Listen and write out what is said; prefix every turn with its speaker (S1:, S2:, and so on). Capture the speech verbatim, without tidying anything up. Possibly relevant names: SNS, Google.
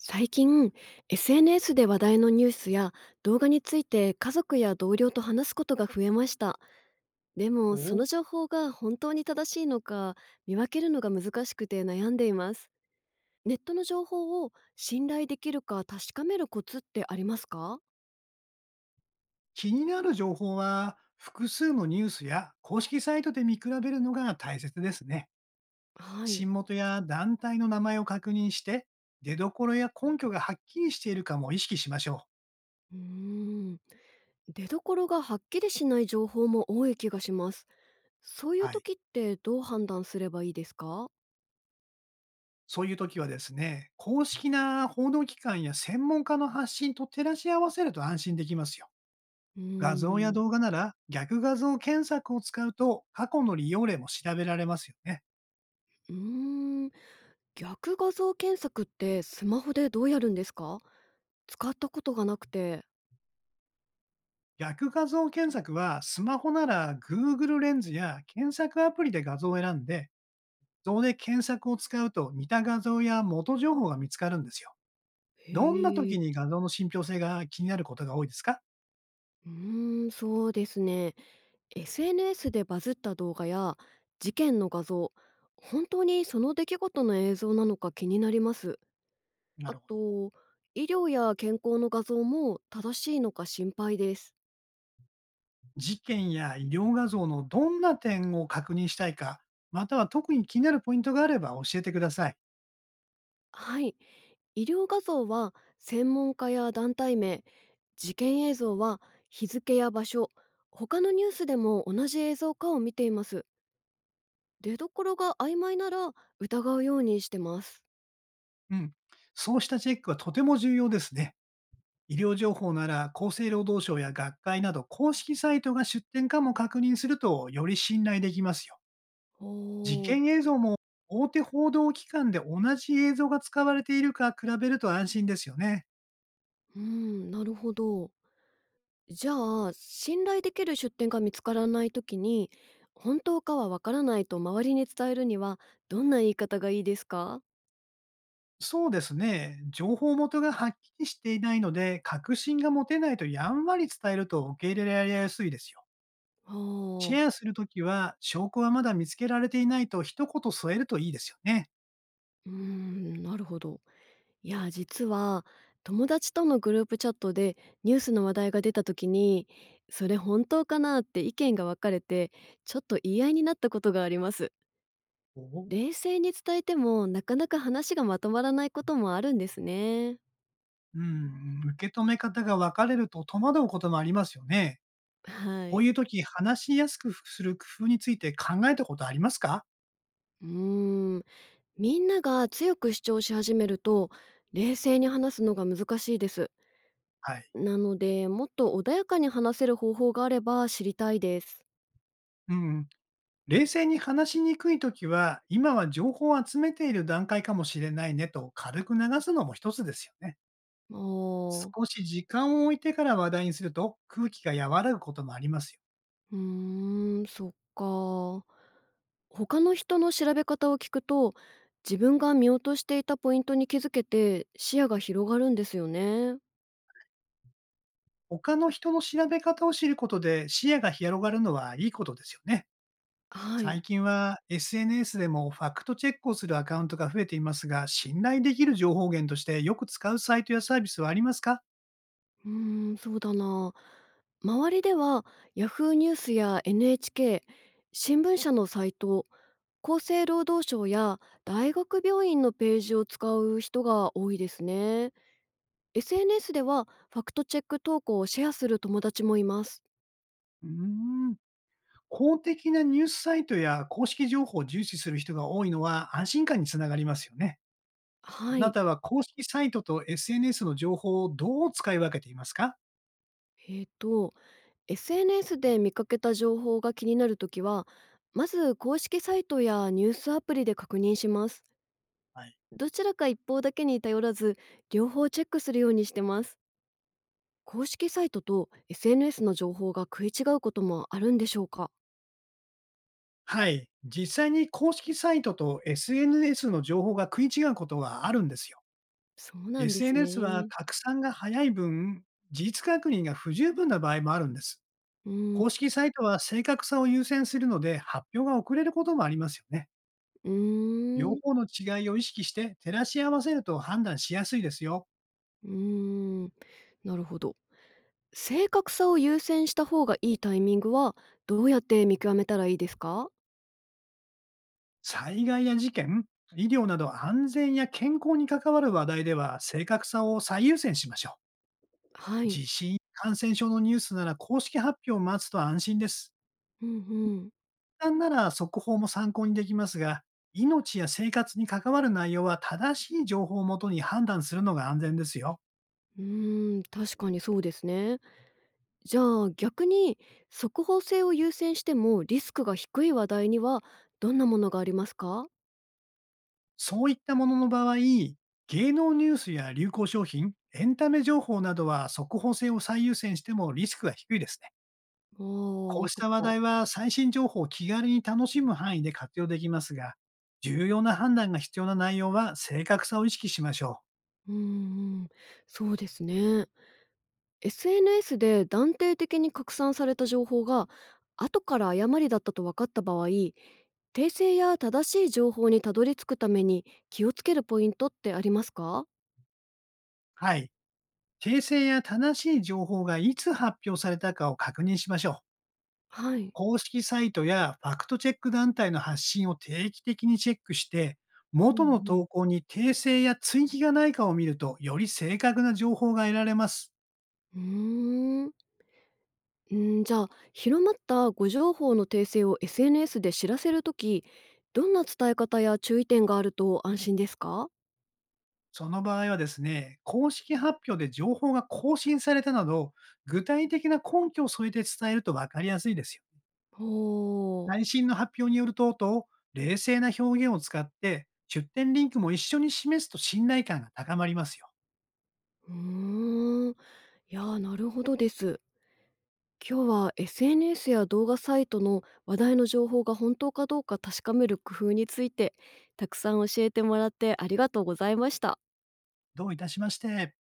S1: 最近、 エスエヌエス で話題のニュースや動画について家族や同僚と話すことが増えました。でもその
S2: お。
S1: 情報が本当に正しいのか見分けるのが難しくて悩んでいます。ネットの情報を信頼できるか確かめるコツってありますか？
S2: 気になる情報は複数のニュースや公式サイトで見比べるのが大切ですね。
S1: はい。
S2: 新元や団体の名前を確認して、出どころや根拠がはっきりしているかも意識しましょう。
S1: うーん。出どころがはっきりしない情報も多い気がします。そういう
S2: はい。
S1: 時ってどう判断すればいいですか？
S2: そういう時はですね、公式な報道機関や専門家の発信と照らし合わせると安心できますよ。
S1: うー
S2: 画像や
S1: ん。
S2: 動画なら逆画像検索を使うと過去の利用例も調べられますよね。
S1: うーん。逆画像検索ってスマホでどうやるんですか？使ったことがなくて。
S2: 逆画像検索は、スマホなら Google レンズや検索アプリで画像を選んで、そこで検索を使うと似た画像や元情報が見つかるんですよ。どんな
S1: へ
S2: 時
S1: え。
S2: に画像の信憑性が気になることが多いですか？
S1: うーん、そうですね。エスエヌエス でバズった動画や事件の画像、本当にその出来事の映像なのか気になります。
S2: な
S1: あ
S2: るほど。
S1: と、医療や健康の画像も正しいのか心配です。
S2: 事件や医療画像のどんな点を確認したいか、または特に気になるポイントがあれば教えてください。
S1: はい。医療画像は専門家や団体名、事件映像は日付や場所、他のニュースでも同じ映像かを見ています。出所が曖昧なら疑うようにしてます。
S2: うん。そうしたチェックはとても重要ですね。医療情報なら厚生労働省や学会など公式サイトが出典かも確認するとより信頼できますよ。事
S1: おー、
S2: 件映像も大手報道機関で同じ映像が使われているか比べると安心ですよね。
S1: うん、なるほど。じゃあ、信頼できる出店が見つからないときに、本当かはわからないと周りに伝えるには、どんな言い方がいいですか？
S2: そうですね。情報元がはっきりしていないので、確信が持てないとやんわり伝えると受け入れられやすいですよ。
S1: あ
S2: シ
S1: ー、
S2: ェアするときは、証拠はまだ見つけられていないと一言添えるといいですよね。
S1: うん、なるほど。いや、実は友達とのグループチャットでニュースの話題が出たときに、それ本当かなって意見が分かれてちょっと言い合いになったことがあります。
S2: お。
S1: 冷静に伝えても、なかなか話がまとまらないこともあるんですね。
S2: うん。受け止め方が分かれると戸惑うこともありますよね。
S1: は
S2: こう
S1: い。
S2: いう時、話しやすくする工夫について考えたことありますか？
S1: うーん。みんなが強く主張し始めると、冷静に話すのが難しいです。
S2: はい。
S1: なので、もっと穏やかに話せる方法があれば知りたいです。
S2: うん。冷静に話しにくい時は、今は情報を集めている段階かもしれないねと軽く流すのも一つですよね。
S1: あー、
S2: 少し時間を置いてから話題にすると空気が和らぐこともありますよ。
S1: うーん、そっか。他の人の調べ方を聞くと、自分が見落としていたポイントに気づけて視野が広がるんですよね。
S2: 他の人の調べ方を知ることで視野が広がるのはいいことですよね。
S1: はい。
S2: 最近は エスエヌエス でもファクトチェックをするアカウントが増えていますが、信頼できる情報源としてよく使うサイトやサービスはありますか？
S1: うーん、そうだな。周りでは、ヤフーニュースや エヌエイチケー、新聞社のサイト、厚生労働省や大学病院のページを使う人が多いですね。エスエヌエス では、ファクトチェック投稿をシェアする友達もいます。
S2: うーん。公的なニュースサイトや公式情報を重視する人が多いのは安心感につながりますよね。あ
S1: は
S2: な
S1: い。
S2: たは公式サイトと エスエヌエス の情報をどう使い分けていますか？
S1: えっ、と、エスエヌエス で見かけた情報が気になるときは、まず公式サイトやニュースアプリで確認します。
S2: はい。
S1: どちらか一方だけに頼らず、両方チェックするようにしてます。公式サイトと エスエヌエス の情報が食い違うこともあるんでしょうか？
S2: はい。実際に公式サイトと エスエヌエス の情報が食い違うことはあるんですよ。
S1: そうなんです
S2: エスエヌエス は
S1: ね。
S2: 拡散が早い分、事実確認が不十分な場合もあるんです。
S1: うん。
S2: 公式サイトは正確さを優先するので、発表が遅れることもありますよね。
S1: うー
S2: 両
S1: ん。
S2: 方の違いを意識して照らし合わせると判断しやすいですよ。
S1: うーん。なるほど。正確さを優先した方がいいタイミングは、どうやって見極めたらいいですか？
S2: 災害や事件、医療など安全や健康に関わる話題では正確さを最優先しましょう。
S1: はい。
S2: 地震、感染症のニュースなら公式発表を待つと安心です。
S1: うんうん。
S2: たんなら速報も参考にできますが、命や生活に関わる内容は正しい情報をもとに判断するのが安全ですよ。
S1: うーん、確かにそうですね。じゃあ、逆に速報性を優先してもリスクが低い話題にはどんなものがありますか？
S2: そういったものの場合、芸能ニュースや流行商品、エンタメ情報などは速報性を最優先してもリスクが低いですね。
S1: ああ
S2: こう
S1: ー、そ
S2: し
S1: っ
S2: た話
S1: か。
S2: 題は最新情報を気軽に楽しむ範囲で活用できますが、重要な判断が必要な内容は正確さを意識しましょう。
S1: うんうん。そうですね。エスエヌエス で断定的に拡散された情報が後から誤りだったと分かった場合、訂正や正しい情報にたどり着くために気をつけるポイントってありますか？
S2: はい。訂正や正しい情報がいつ発表されたかを確認しましょう。
S1: はい。
S2: 公式サイトやファクトチェック団体の発信を定期的にチェックして、
S1: う
S2: 元の投
S1: ん
S2: 稿に訂正や追記がないかを見ると、より正確な情報が得られます。
S1: うん、うーんうん。じゃあ、広まった誤情報の訂正を エスエヌエス で知らせるとき、どんな伝え方や注意点があると安心ですか？
S2: その場合はですね、公式発表で情報が更新されたなど、具体的な根拠を添えて伝えると分かりやすいですよ。
S1: ほう。
S2: 最新の発表によるとと、冷静な表現を使って、出典リンクも一緒に示すと信頼感が高まりますよ。
S1: うーん。いやー、なるほどです。今日は エスエヌエス や動画サイトの話題の情報が本当かどうか確かめる工夫について、たくさん教えてもらってありがとうございました。
S2: どういたしまして。